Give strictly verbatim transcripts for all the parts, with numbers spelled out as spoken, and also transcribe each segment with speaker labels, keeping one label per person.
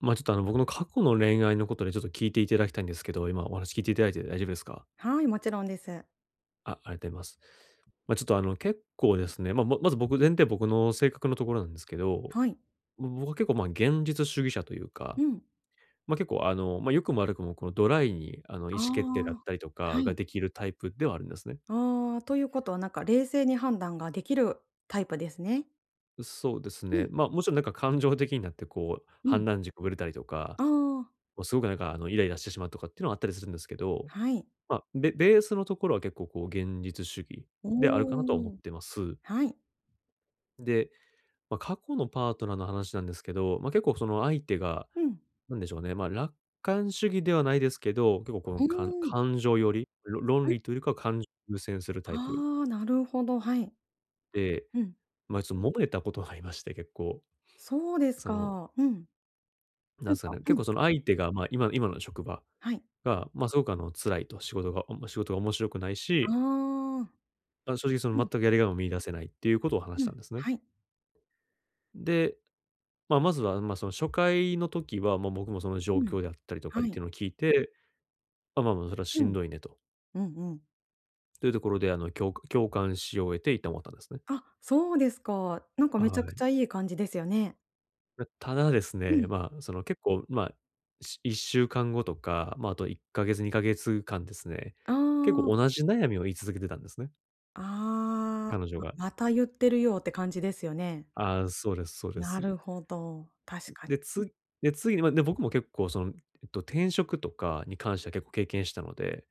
Speaker 1: ま、ちょっと、あの、僕の過去の恋愛のことでちょっと聞いていただきたいんですけど、今お話聞いていただいて大丈夫ですか？
Speaker 2: はい、もちろんです。
Speaker 1: あ、ありがとうございます。ま、ちょっと、あの、結構ですね、まあままず僕前提僕の性格のところなんですけど、
Speaker 2: はい。
Speaker 1: ぼ僕は結構、ま、現実主義者というか、
Speaker 2: うん。
Speaker 1: ま、結構、あの、ま、良くも悪くもこのドライに、あの、意思
Speaker 2: あ
Speaker 1: 決定だった
Speaker 2: あ、
Speaker 1: りとか
Speaker 2: は
Speaker 1: が
Speaker 2: い。
Speaker 1: できるタイプではあるんですね。
Speaker 2: ああ、ということはなんか冷静に判断ができるタイプですね。
Speaker 1: そうです
Speaker 2: う
Speaker 1: ね。
Speaker 2: ん、
Speaker 1: ま、もちろんなんか感情的になってこう
Speaker 2: う
Speaker 1: 判
Speaker 2: ん。
Speaker 1: 断軸ぶれたりとか、
Speaker 2: ああ、
Speaker 1: もうすごくなんか、あの、イライラしてしまうとかっていうのはあったりするんですけど、
Speaker 2: はい。
Speaker 1: まあ、ベベースのところは結構こう現実主義であるかなとは思
Speaker 2: お
Speaker 1: っ
Speaker 2: お、
Speaker 1: てます。
Speaker 2: はい。
Speaker 1: で、まあ、過去のパートナーの話なんですけど、まあ、結構その相手が、
Speaker 2: うん。
Speaker 1: なんでしょうね、まあ、楽観主義ではないですけど、結構こ
Speaker 2: う
Speaker 1: の
Speaker 2: ー
Speaker 1: 感
Speaker 2: ん、うん。
Speaker 1: 感情より、ろ論理というよりかは感情を優先するタイプ
Speaker 2: ああ、なるほど、はい。
Speaker 1: で、
Speaker 2: うん。
Speaker 1: まあ、ちょっと揉めたことがありまして、結構、
Speaker 2: そうです
Speaker 1: その、
Speaker 2: か。うん。
Speaker 1: なん
Speaker 2: な
Speaker 1: で
Speaker 2: ん
Speaker 1: すか
Speaker 2: か
Speaker 1: ね、結
Speaker 2: うん、
Speaker 1: 構その相手が、まあ、今今の職場
Speaker 2: はい。
Speaker 1: が、まあ、すごくあの辛いと、仕事が仕事が面白くない
Speaker 2: あ
Speaker 1: し、
Speaker 2: あ、
Speaker 1: あ、正直その
Speaker 2: うん、
Speaker 1: 全くやりがいも見出せないっていうことを話し
Speaker 2: う
Speaker 1: た
Speaker 2: ん。
Speaker 1: んですね。
Speaker 2: はい。
Speaker 1: で、まあ、まずは、まあ、その初回の時は、まあ、僕もその状
Speaker 2: うん、
Speaker 1: 況であったりとか
Speaker 2: は
Speaker 1: っ
Speaker 2: い。
Speaker 1: ていうのを聞いて、ま、ま、まあ、それは
Speaker 2: う
Speaker 1: しん
Speaker 2: ん。
Speaker 1: どいねと。
Speaker 2: うんうん。
Speaker 1: というところで、あの、共共感しを得て一旦終わったんですね。
Speaker 2: あ、そうですか。なんかめち
Speaker 1: は
Speaker 2: ゃくち
Speaker 1: い。
Speaker 2: ゃいい感じですよね。
Speaker 1: ま、ただです
Speaker 2: う
Speaker 1: ね、
Speaker 2: ん。
Speaker 1: まあ、その結構、まあ、しいっしゅうかんごとか、まあ、あといっかげつ、にかげつかんですね、
Speaker 2: あ
Speaker 1: 結構
Speaker 2: あ。
Speaker 1: 同じ悩みを言い続けてたんですね、
Speaker 2: あ
Speaker 1: 彼女
Speaker 2: あ、あ、
Speaker 1: が。
Speaker 2: また言ってるよって感じですよね。
Speaker 1: ああ、そうですそうで
Speaker 2: な
Speaker 1: す。
Speaker 2: るほど、確かに。
Speaker 1: で、つで、次に、まあ、で、僕も結構その、えっと、転職とかに関しては結構経験したので、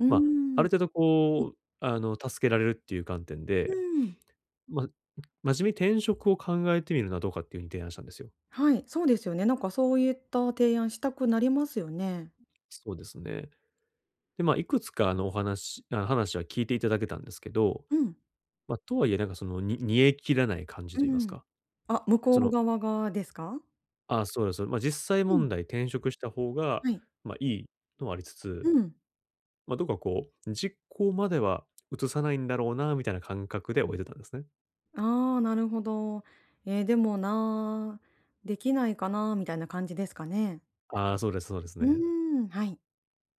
Speaker 2: うー
Speaker 1: まあ、あ
Speaker 2: ん。
Speaker 1: る程度
Speaker 2: うん、
Speaker 1: こう、あの、助けられるっていう観点
Speaker 2: う
Speaker 1: で、
Speaker 2: ん。
Speaker 1: ま、真面目に転職を考えてみるのはどうかっていう風に提案したんですよ。
Speaker 2: はい、そうですよね。なんかそういった提案したくなりますよね。
Speaker 1: そうですね。で、まあ、いくつかあの、お話あ、話は聞いていただけたんですけど、
Speaker 2: うん、
Speaker 1: ま、とはいえなんかその、に煮え切らない感じ
Speaker 2: う
Speaker 1: と言います
Speaker 2: ん。
Speaker 1: か、
Speaker 2: あ、向こ
Speaker 1: そ
Speaker 2: う
Speaker 1: の、
Speaker 2: 側がですか？
Speaker 1: ああ、そうです、ま、実際
Speaker 2: う
Speaker 1: 問
Speaker 2: ん、
Speaker 1: 題転職した方が、
Speaker 2: はい。
Speaker 1: ま、いいのはありつ
Speaker 2: う
Speaker 1: つ、
Speaker 2: ん。
Speaker 1: ま、どうかこう、実行までは移さないんだろうなみたいな感覚で終えてたんですね。
Speaker 2: ああ、なるほど。えーでもなー、できないかなーみたいな感じですかね？
Speaker 1: ああ、そうですそうです
Speaker 2: うー
Speaker 1: ね。
Speaker 2: ん、はい。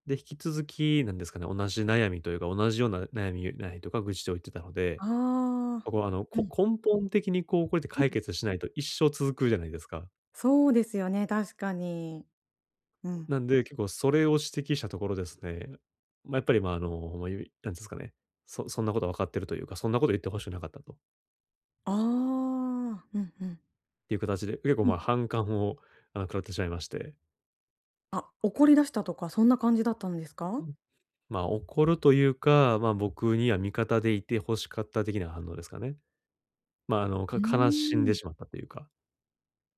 Speaker 1: で、引き続き、なんですかね、同じ悩みというか、同じような悩みないとか愚痴を言ってたので、
Speaker 2: ああ。
Speaker 1: こう、あの、
Speaker 2: う
Speaker 1: こ
Speaker 2: ん、
Speaker 1: 根本的にこう、これって
Speaker 2: う
Speaker 1: 解
Speaker 2: ん。
Speaker 1: 決しないと一生続くじゃないですか。
Speaker 2: そうですよね、確かに。うん。
Speaker 1: なんで、結構それを指摘したところですね、まあ、やっぱり、まあ、あの、まあ、ゆなんですかね、そそんなこと分かってるというか、そんなこと言ってほしくなかったと
Speaker 2: ああ、うんうん。
Speaker 1: いう形で、結構、
Speaker 2: う
Speaker 1: ま、
Speaker 2: ん。
Speaker 1: 反感を、あの、食らってしまいまして。
Speaker 2: あ、怒り出したとか、そんな感じだったんです
Speaker 1: う
Speaker 2: か？
Speaker 1: ん。ま、怒るというか、ま、僕には味方でいて欲しかった的な反応ですかね。ま、ああの、
Speaker 2: う
Speaker 1: か
Speaker 2: ー
Speaker 1: 悲しんでし
Speaker 2: ん。
Speaker 1: まったというか。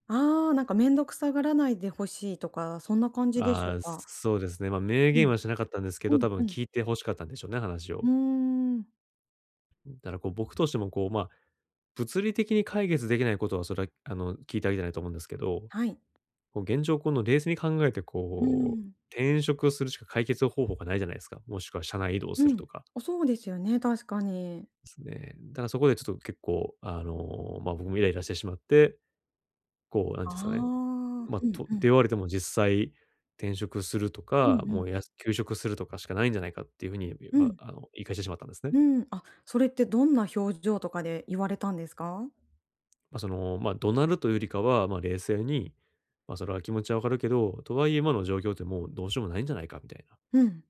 Speaker 2: ああ、なんか面倒くさがらないでほしいとか、そんな感じでしょう
Speaker 1: ああ、
Speaker 2: か？
Speaker 1: そうですね。まあ、明
Speaker 2: う
Speaker 1: 言
Speaker 2: ん。
Speaker 1: はしなかったんですけ
Speaker 2: う
Speaker 1: ど、
Speaker 2: ん
Speaker 1: 多分
Speaker 2: うん。
Speaker 1: 聞いて欲しかったんでしょうね、話
Speaker 2: う
Speaker 1: を。
Speaker 2: ーん、
Speaker 1: だからこう、僕としてもこう、まあ、物理的に解決できないことは、それはあの、聞いてあげたいなと思うんですけど、
Speaker 2: はい。
Speaker 1: こう現状この冷静に考えて
Speaker 2: うー
Speaker 1: こう、
Speaker 2: ん。
Speaker 1: 転職するしか解決方法がないじゃないですか。もしくは社内移動
Speaker 2: う
Speaker 1: する
Speaker 2: ん。
Speaker 1: とか
Speaker 2: あ、そうですよね、確か
Speaker 1: で
Speaker 2: に。
Speaker 1: すね。だからそこでちょっと結構、あの、ま、僕もイライラしてしまって、こう、なん
Speaker 2: ああ、
Speaker 1: ていうんですかね、まあ、
Speaker 2: うん
Speaker 1: と
Speaker 2: う
Speaker 1: 出
Speaker 2: ん。
Speaker 1: 言われても実際、転職すると
Speaker 2: う
Speaker 1: か、
Speaker 2: んうん。
Speaker 1: もうやす休職するとかしかないんじゃないかっていう風に、
Speaker 2: う
Speaker 1: ま
Speaker 2: ん、
Speaker 1: ああの、言い返してしまったんですね。
Speaker 2: うん。あ、それってどんな表情とかで言われたんですか？
Speaker 1: まあ、その、まあ、怒鳴るというよりかは、まあ、冷静に、まあ、それは気持ちはわかるけど、とはいえ今の状況ってもうどうしようもないんじゃないかみたいな、っ
Speaker 2: うん。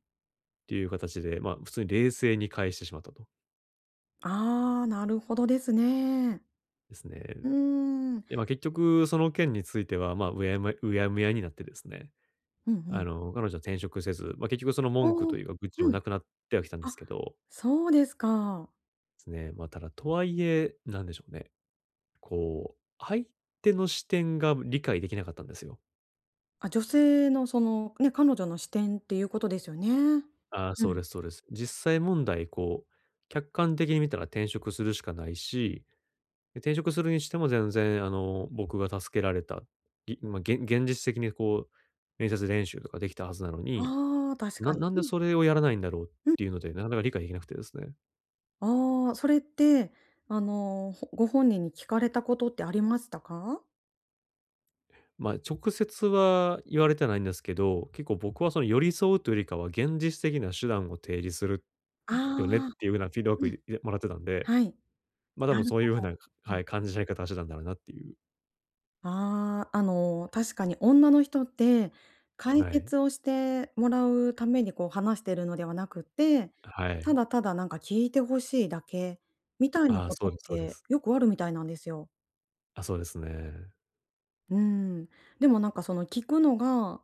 Speaker 1: ていう形で、まあ、普通に冷静に返してしまったと。
Speaker 2: ああ、なるほどですね。
Speaker 1: ですね。
Speaker 2: うーん。
Speaker 1: で、まあ、結局その件については、まあ、うやむやうやむやになってですね、
Speaker 2: うんう
Speaker 1: あ
Speaker 2: ん。
Speaker 1: の、彼女は転職せず、まあ、結局その
Speaker 2: ああ、
Speaker 1: 文句というか愚痴も
Speaker 2: うん。
Speaker 1: なくなってはきたんで
Speaker 2: あ、
Speaker 1: すけど
Speaker 2: そうですか。
Speaker 1: すね。まあ、ただ、とはいえ、なんでしょうね。こう、相手の視点が理解できなかったんですよ。
Speaker 2: あ、女性のその、ね、彼女の視点っていうことですよね。う
Speaker 1: ああ、そう
Speaker 2: ん。
Speaker 1: ですそうです。実際問題、こう、客観的に見たら転職するしかないし、で転職するにしても全然、あの、僕が助けられた、ぎまあ、げ現実的にこう、面接練習とかできたはずなのに、
Speaker 2: ああ、確
Speaker 1: な
Speaker 2: かに。
Speaker 1: なん
Speaker 2: う
Speaker 1: で
Speaker 2: ん、
Speaker 1: それをやらないんだろうっ
Speaker 2: うん。
Speaker 1: ていうので、なかなか理解できなくてですね。
Speaker 2: ああ、それって、あの、ほご本人に聞かれたことってありましたか？
Speaker 1: まあ、直接は言われてないんですけど、結構僕はその寄り添うというよりかは、現実的な手段を提示する
Speaker 2: あ
Speaker 1: っよねっていう風なフィードバッ
Speaker 2: あー、う
Speaker 1: クい
Speaker 2: ん。
Speaker 1: いもらってたんで、
Speaker 2: はい。
Speaker 1: ま、多
Speaker 2: な
Speaker 1: 分
Speaker 2: る
Speaker 1: そうい
Speaker 2: ほ
Speaker 1: う風な、
Speaker 2: ど。う
Speaker 1: は
Speaker 2: ん。
Speaker 1: い、感じられ方をしてたんだろうなっていう。
Speaker 2: ああ、あの、確かに女の人って、解
Speaker 1: はい。
Speaker 2: 決をしてもらうためにこう話してるのではなくて、
Speaker 1: は
Speaker 2: た
Speaker 1: い。
Speaker 2: だただなんか聞いてほしいだけみたいな
Speaker 1: ああ、
Speaker 2: こ
Speaker 1: そ
Speaker 2: と
Speaker 1: うで
Speaker 2: っ
Speaker 1: すそうで
Speaker 2: て
Speaker 1: す。
Speaker 2: よくあるみたいなんですよ。
Speaker 1: あ、そうですね。
Speaker 2: うん。でもなんかその聞くのが、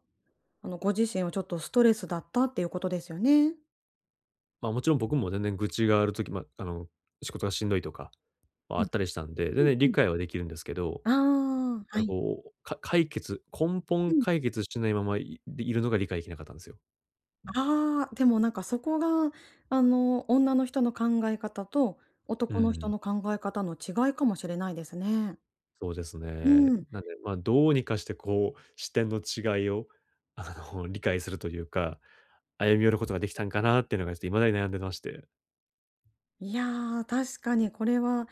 Speaker 2: あのご自身はちょっとストレスだったっていうことですよね？
Speaker 1: ま、もちろん僕も全然愚痴がある時、ま、あの、仕事がしんどいとかは
Speaker 2: う
Speaker 1: あ
Speaker 2: ん。
Speaker 1: ったりしたんで、
Speaker 2: う
Speaker 1: 全
Speaker 2: ん
Speaker 1: 然
Speaker 2: う
Speaker 1: 理
Speaker 2: ん。
Speaker 1: 解はできるんですけど、
Speaker 2: ああ、
Speaker 1: な
Speaker 2: は
Speaker 1: んか
Speaker 2: い。
Speaker 1: こう、か解決根
Speaker 2: う
Speaker 1: 本
Speaker 2: ん。
Speaker 1: 解決しないままいいるのが理解できなかったんですよ。
Speaker 2: ああ、でもなんかそこが、あの、女の人の考え方と
Speaker 1: う
Speaker 2: 男の人
Speaker 1: ん。
Speaker 2: の考え方の違いかもしれないですね。
Speaker 1: そうです
Speaker 2: う
Speaker 1: ね。
Speaker 2: ん。
Speaker 1: なんで、まあ、どうにかしてこう、視点の違いを、あの、理解するというか、歩み寄ることができたんかなっていうのが、ちょっと未だに悩んでまして。
Speaker 2: いやー、確かにこれは、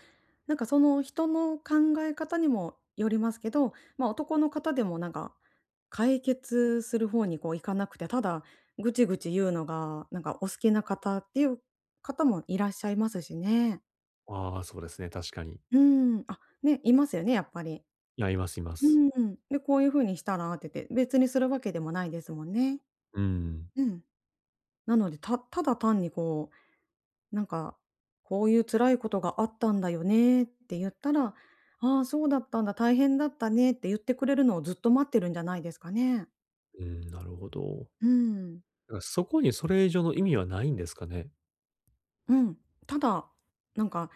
Speaker 2: なんかその人の考え方にもよりますけど、ま、男の方でもなんか、解決する方にこう行かなくて、ただぐちぐち言うのが、なんかお好きな方っていう方もいらっしゃいますしね。
Speaker 1: ああ、そうですね、確かに。
Speaker 2: うん、あ、ね、いますよね、やっぱり。
Speaker 1: いや、いますいま
Speaker 2: う
Speaker 1: す。
Speaker 2: ん。で、こういう風にしたらってて、別にするわけでもないですもんね。
Speaker 1: うん。
Speaker 2: うん。なので、たただ単にこう、なんか、こういう辛いことがあったんだよねって言ったら、ああ、そうだったんだ、大変だったねって言ってくれるのをずっと待ってるんじゃないですかね。
Speaker 1: うん、なるほど。
Speaker 2: うん。
Speaker 1: だからそこにそれ以上の意味はないんですかね？
Speaker 2: うん。ただ、なんか、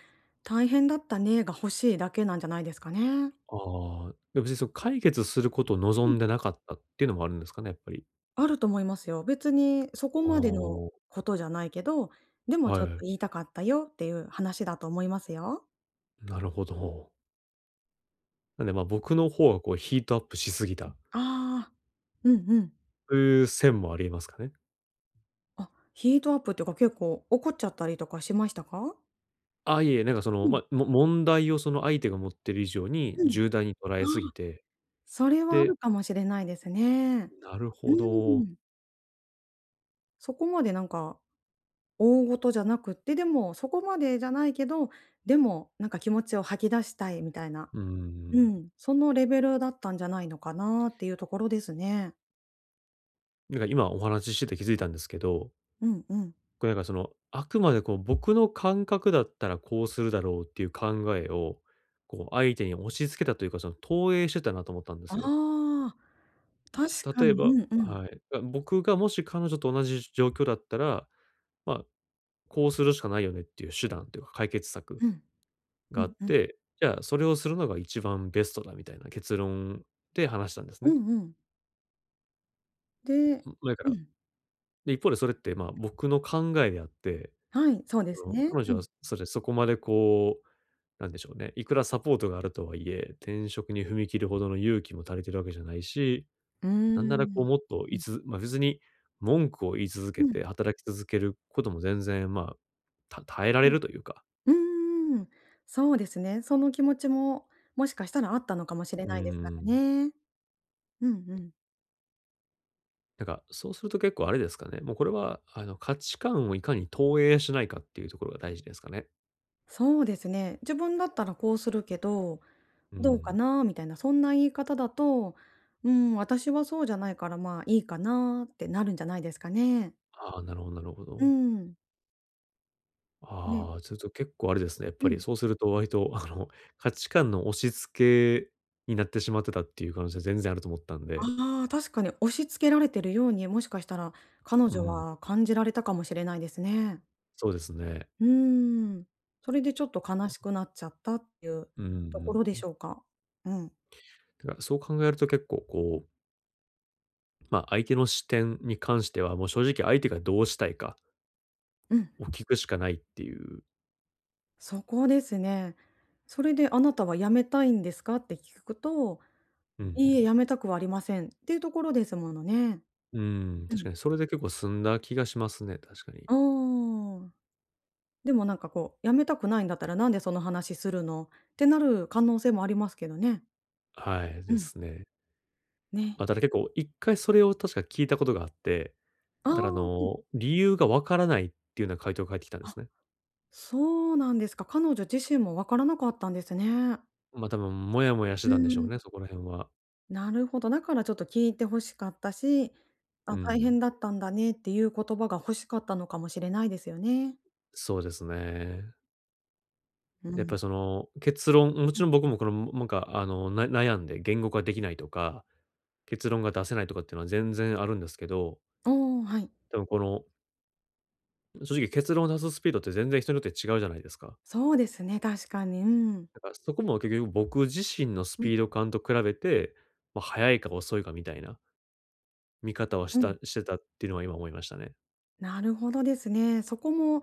Speaker 2: 大変だったねが欲しいだけなんじゃないですかね。うん。
Speaker 1: ああ、で、別にその解決することを望んでなかったっていうのもあるんですかね、やっぱり。
Speaker 2: あると思いますよ。別にそこまでの
Speaker 1: あ
Speaker 2: ことじゃないけど、で
Speaker 1: あ、
Speaker 2: も
Speaker 1: は
Speaker 2: ちょっと
Speaker 1: い。
Speaker 2: 言いたかったよっていう話だと思いますよ。
Speaker 1: なるほど。なんで、ま、
Speaker 2: う
Speaker 1: 僕
Speaker 2: ん。
Speaker 1: の方がこうヒートアップしすぎた
Speaker 2: ああ、うんうん。
Speaker 1: という線もありえますかね？
Speaker 2: あ、ヒートアップっていうか結構怒っちゃったりとかしましたか？
Speaker 1: あ、いえいえ、なんかその、
Speaker 2: うん、
Speaker 1: ま、も問題をその相手が持ってる以上に
Speaker 2: うん。
Speaker 1: 重大に捉
Speaker 2: あ
Speaker 1: えす
Speaker 2: あ、
Speaker 1: ぎて、
Speaker 2: それはあ
Speaker 1: で、
Speaker 2: るかもしれないですね。
Speaker 1: なる
Speaker 2: う
Speaker 1: ほど。
Speaker 2: ん。そこまでなんか大事じゃなくって、でもそこまでじゃないけど、でもなんか気持ちを吐き出したいみたいな、
Speaker 1: うー
Speaker 2: う
Speaker 1: ん。
Speaker 2: ん、そのレベルだったんじゃないのかなっていうところですね。
Speaker 1: なんか今お話ししてて気づいたんですけど、
Speaker 2: うんうん。
Speaker 1: これなんかその、あくまでこう僕の感覚だったらこうするだろうっていう考えを、こう相手に押し付けたというか、その投影してたなと思ったんです
Speaker 2: あ
Speaker 1: よ。
Speaker 2: あ、確
Speaker 1: た
Speaker 2: か
Speaker 1: 例え
Speaker 2: に、う
Speaker 1: ば
Speaker 2: んうん。
Speaker 1: はい。あ、僕がもし彼女と同じ状況だったら、まあ、こうするしかないよねっていう手段というか解決策
Speaker 2: うん。
Speaker 1: が
Speaker 2: う
Speaker 1: あ
Speaker 2: ん
Speaker 1: っ
Speaker 2: うん。
Speaker 1: て、じゃあ、それをするのが一番ベストだみたいな結論で話したんですね。
Speaker 2: う
Speaker 1: ん、
Speaker 2: んうん。で
Speaker 1: だか
Speaker 2: う
Speaker 1: ら、
Speaker 2: ん。
Speaker 1: で、一方でそれって、まあ、僕の考えであって、
Speaker 2: はい、そうで
Speaker 1: そ
Speaker 2: す
Speaker 1: の、
Speaker 2: ね。
Speaker 1: 彼
Speaker 2: う
Speaker 1: 女は
Speaker 2: ん。
Speaker 1: それそこまでこう、なんでしょうね、いくらサポートがあるとはいえ、転職に踏み切るほどの勇気も足りてるわけじゃないし、
Speaker 2: うー
Speaker 1: なんならこ
Speaker 2: ん。
Speaker 1: うもっと
Speaker 2: う
Speaker 1: い
Speaker 2: ん
Speaker 1: つま、別に文句を言い続
Speaker 2: う
Speaker 1: け
Speaker 2: ん
Speaker 1: て働き続けることも全然、まあ、た耐えられ
Speaker 2: うん。
Speaker 1: るというか、
Speaker 2: うーん、そうですね。その気持ちも、もしかしたらあったのかもしれ
Speaker 1: うー
Speaker 2: ないですから
Speaker 1: ん。
Speaker 2: ね。うんうん。
Speaker 1: なんか、そうすると結構あれですかね。もうこれは、あの、価値観をいかに投影しないかっていうところが大事ですかね。
Speaker 2: そうですね。自分だったらこうするけど、
Speaker 1: う
Speaker 2: どうか
Speaker 1: ん。
Speaker 2: なみたいな、そんな言い方だと、うーん、私はそうじゃないから、まあ、いいかなってなるんじゃないですかね。
Speaker 1: ああ、なるほど、なるほ
Speaker 2: う
Speaker 1: ど。
Speaker 2: ん。ね。
Speaker 1: ああ、すると結構あれですね。やっぱ
Speaker 2: う
Speaker 1: り
Speaker 2: ん。
Speaker 1: そうすると割と、あの、価値観の押し付けになってしまってたっていう可能性全然あると思ったんで。
Speaker 2: ああ、確かに押し付けられてるように、もしかしたら彼
Speaker 1: う
Speaker 2: 女
Speaker 1: ん、
Speaker 2: は感じられたかもしれないですね。
Speaker 1: そうですね。
Speaker 2: うーん。それでちょっと悲しくなっちゃったっていう
Speaker 1: う
Speaker 2: とこ
Speaker 1: ん
Speaker 2: ろで
Speaker 1: うん。
Speaker 2: しょうか？うん。
Speaker 1: だからそう考えると結構こう、ま、相手の視点に関しては、もう正直相手がどうしたいか
Speaker 2: うん、
Speaker 1: を聞くしかないっていう。
Speaker 2: そこですね。それで「あなたは辞めたいんですか？」って聞くと
Speaker 1: うんう
Speaker 2: 「いいえ、
Speaker 1: ん。
Speaker 2: 辞めたくはありません」っていうところですものね。
Speaker 1: うん、
Speaker 2: う
Speaker 1: 確か
Speaker 2: ん。
Speaker 1: にそれで結構済んだ気がしますね、確かに。
Speaker 2: ああ。でもなんかこう「辞めたくないんだったら、なんでその話するの？」ってなる可能性もありますけどね。
Speaker 1: はい、
Speaker 2: う
Speaker 1: で
Speaker 2: ん。
Speaker 1: すね。
Speaker 2: ね。
Speaker 1: まあ、ただ結構一回それを確か聞いたことがあって、
Speaker 2: あ
Speaker 1: ただあ
Speaker 2: あ。
Speaker 1: の、理由がわからないっていうような回答が返ってきたんで
Speaker 2: あ。
Speaker 1: すね。
Speaker 2: そうなんですか。彼女自身もわからなかったんですね。
Speaker 1: ま、あ多分もやもやして
Speaker 2: う
Speaker 1: たんでしょう
Speaker 2: ん。
Speaker 1: ね、そこら辺は。
Speaker 2: なるほど、だからちょっと聞いて欲しかったし、
Speaker 1: う
Speaker 2: あ、大
Speaker 1: ん。
Speaker 2: 変だったんだねっていう言葉が欲しかったのかもしれないですよね。
Speaker 1: そうですね。
Speaker 2: う
Speaker 1: で、やっぱ
Speaker 2: ん。
Speaker 1: りその結論も
Speaker 2: う
Speaker 1: ち
Speaker 2: ん。
Speaker 1: ろん僕もこの、なんかあの、な悩んで言語化できないとか、結論が出せないとかっていうのは全然あるんですけど、
Speaker 2: おお、はい。
Speaker 1: 多分この、正直結論を出すスピードって全然人によって違うじゃないですか。
Speaker 2: そうですね、確かに、うん。
Speaker 1: だからそこも結局僕自身のス
Speaker 2: うん、
Speaker 1: ピード感と比べて、まあ、速いか遅いかみたいな見方をし
Speaker 2: う
Speaker 1: た
Speaker 2: ん。
Speaker 1: してたっていうのは今思いましたね。
Speaker 2: なるほどですね。そこも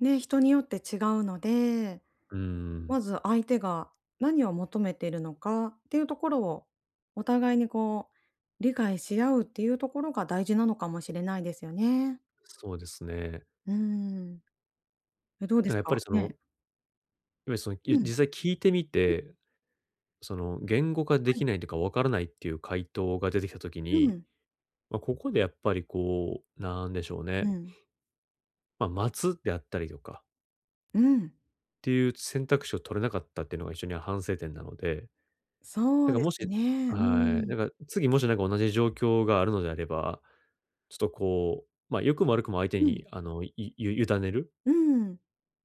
Speaker 2: ね、人によって違うので
Speaker 1: うーん、
Speaker 2: まず相手が何を求めているのかっていうところをお互いにこう理解し合うっていうところが大事なのかもしれないですよね。
Speaker 1: そうですね。
Speaker 2: うん。え、どうで
Speaker 1: なんか
Speaker 2: す
Speaker 1: やっぱり
Speaker 2: か？
Speaker 1: その、い
Speaker 2: ね。
Speaker 1: その、い
Speaker 2: う
Speaker 1: 実
Speaker 2: ん。
Speaker 1: 際聞いてみて、その言語化で
Speaker 2: は
Speaker 1: き
Speaker 2: い。
Speaker 1: ないというかわからないっていう回答が出てきた時
Speaker 2: う
Speaker 1: に、
Speaker 2: ん。
Speaker 1: まあ、ここでやっぱりこう、なんでしょう
Speaker 2: う
Speaker 1: ね、
Speaker 2: ん。
Speaker 1: まあ、待つであったりとかっ
Speaker 2: うん。
Speaker 1: ていう選択肢を取れなかったっていうのが非常に反省点なので、
Speaker 2: そ
Speaker 1: なん
Speaker 2: う
Speaker 1: か
Speaker 2: で
Speaker 1: も
Speaker 2: す
Speaker 1: し
Speaker 2: ね。う
Speaker 1: はい、
Speaker 2: ん。
Speaker 1: なんか次もしなんか同じ状況があるのであれば、ちょっとこう、まあ、良くも悪くも相手
Speaker 2: うん。
Speaker 1: にあの、いゆ委ねるっ
Speaker 2: うん。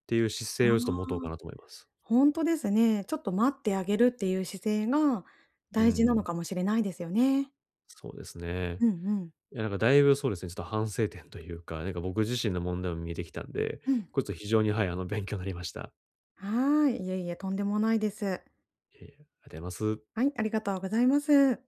Speaker 1: ていう姿
Speaker 2: あ
Speaker 1: 勢をちょっと持とうか
Speaker 2: あ、
Speaker 1: なと思います。
Speaker 2: ほですね。ちょっと待ってあげるっていう姿勢が
Speaker 1: う
Speaker 2: 大事なの
Speaker 1: ん、
Speaker 2: かもしれないですよね。
Speaker 1: そうですね。
Speaker 2: うんうん。
Speaker 1: いや、なんかだいぶそうですね、ちょっと反省点というか、なんか僕自身の問題も見えてきたんで、
Speaker 2: うん。
Speaker 1: これちょっと非常に、はい、あの、勉強になりました。
Speaker 2: はーい。いえいえ、とんでもないです。
Speaker 1: いえいえ、ありがとうございます。
Speaker 2: はい、ありがとうございます。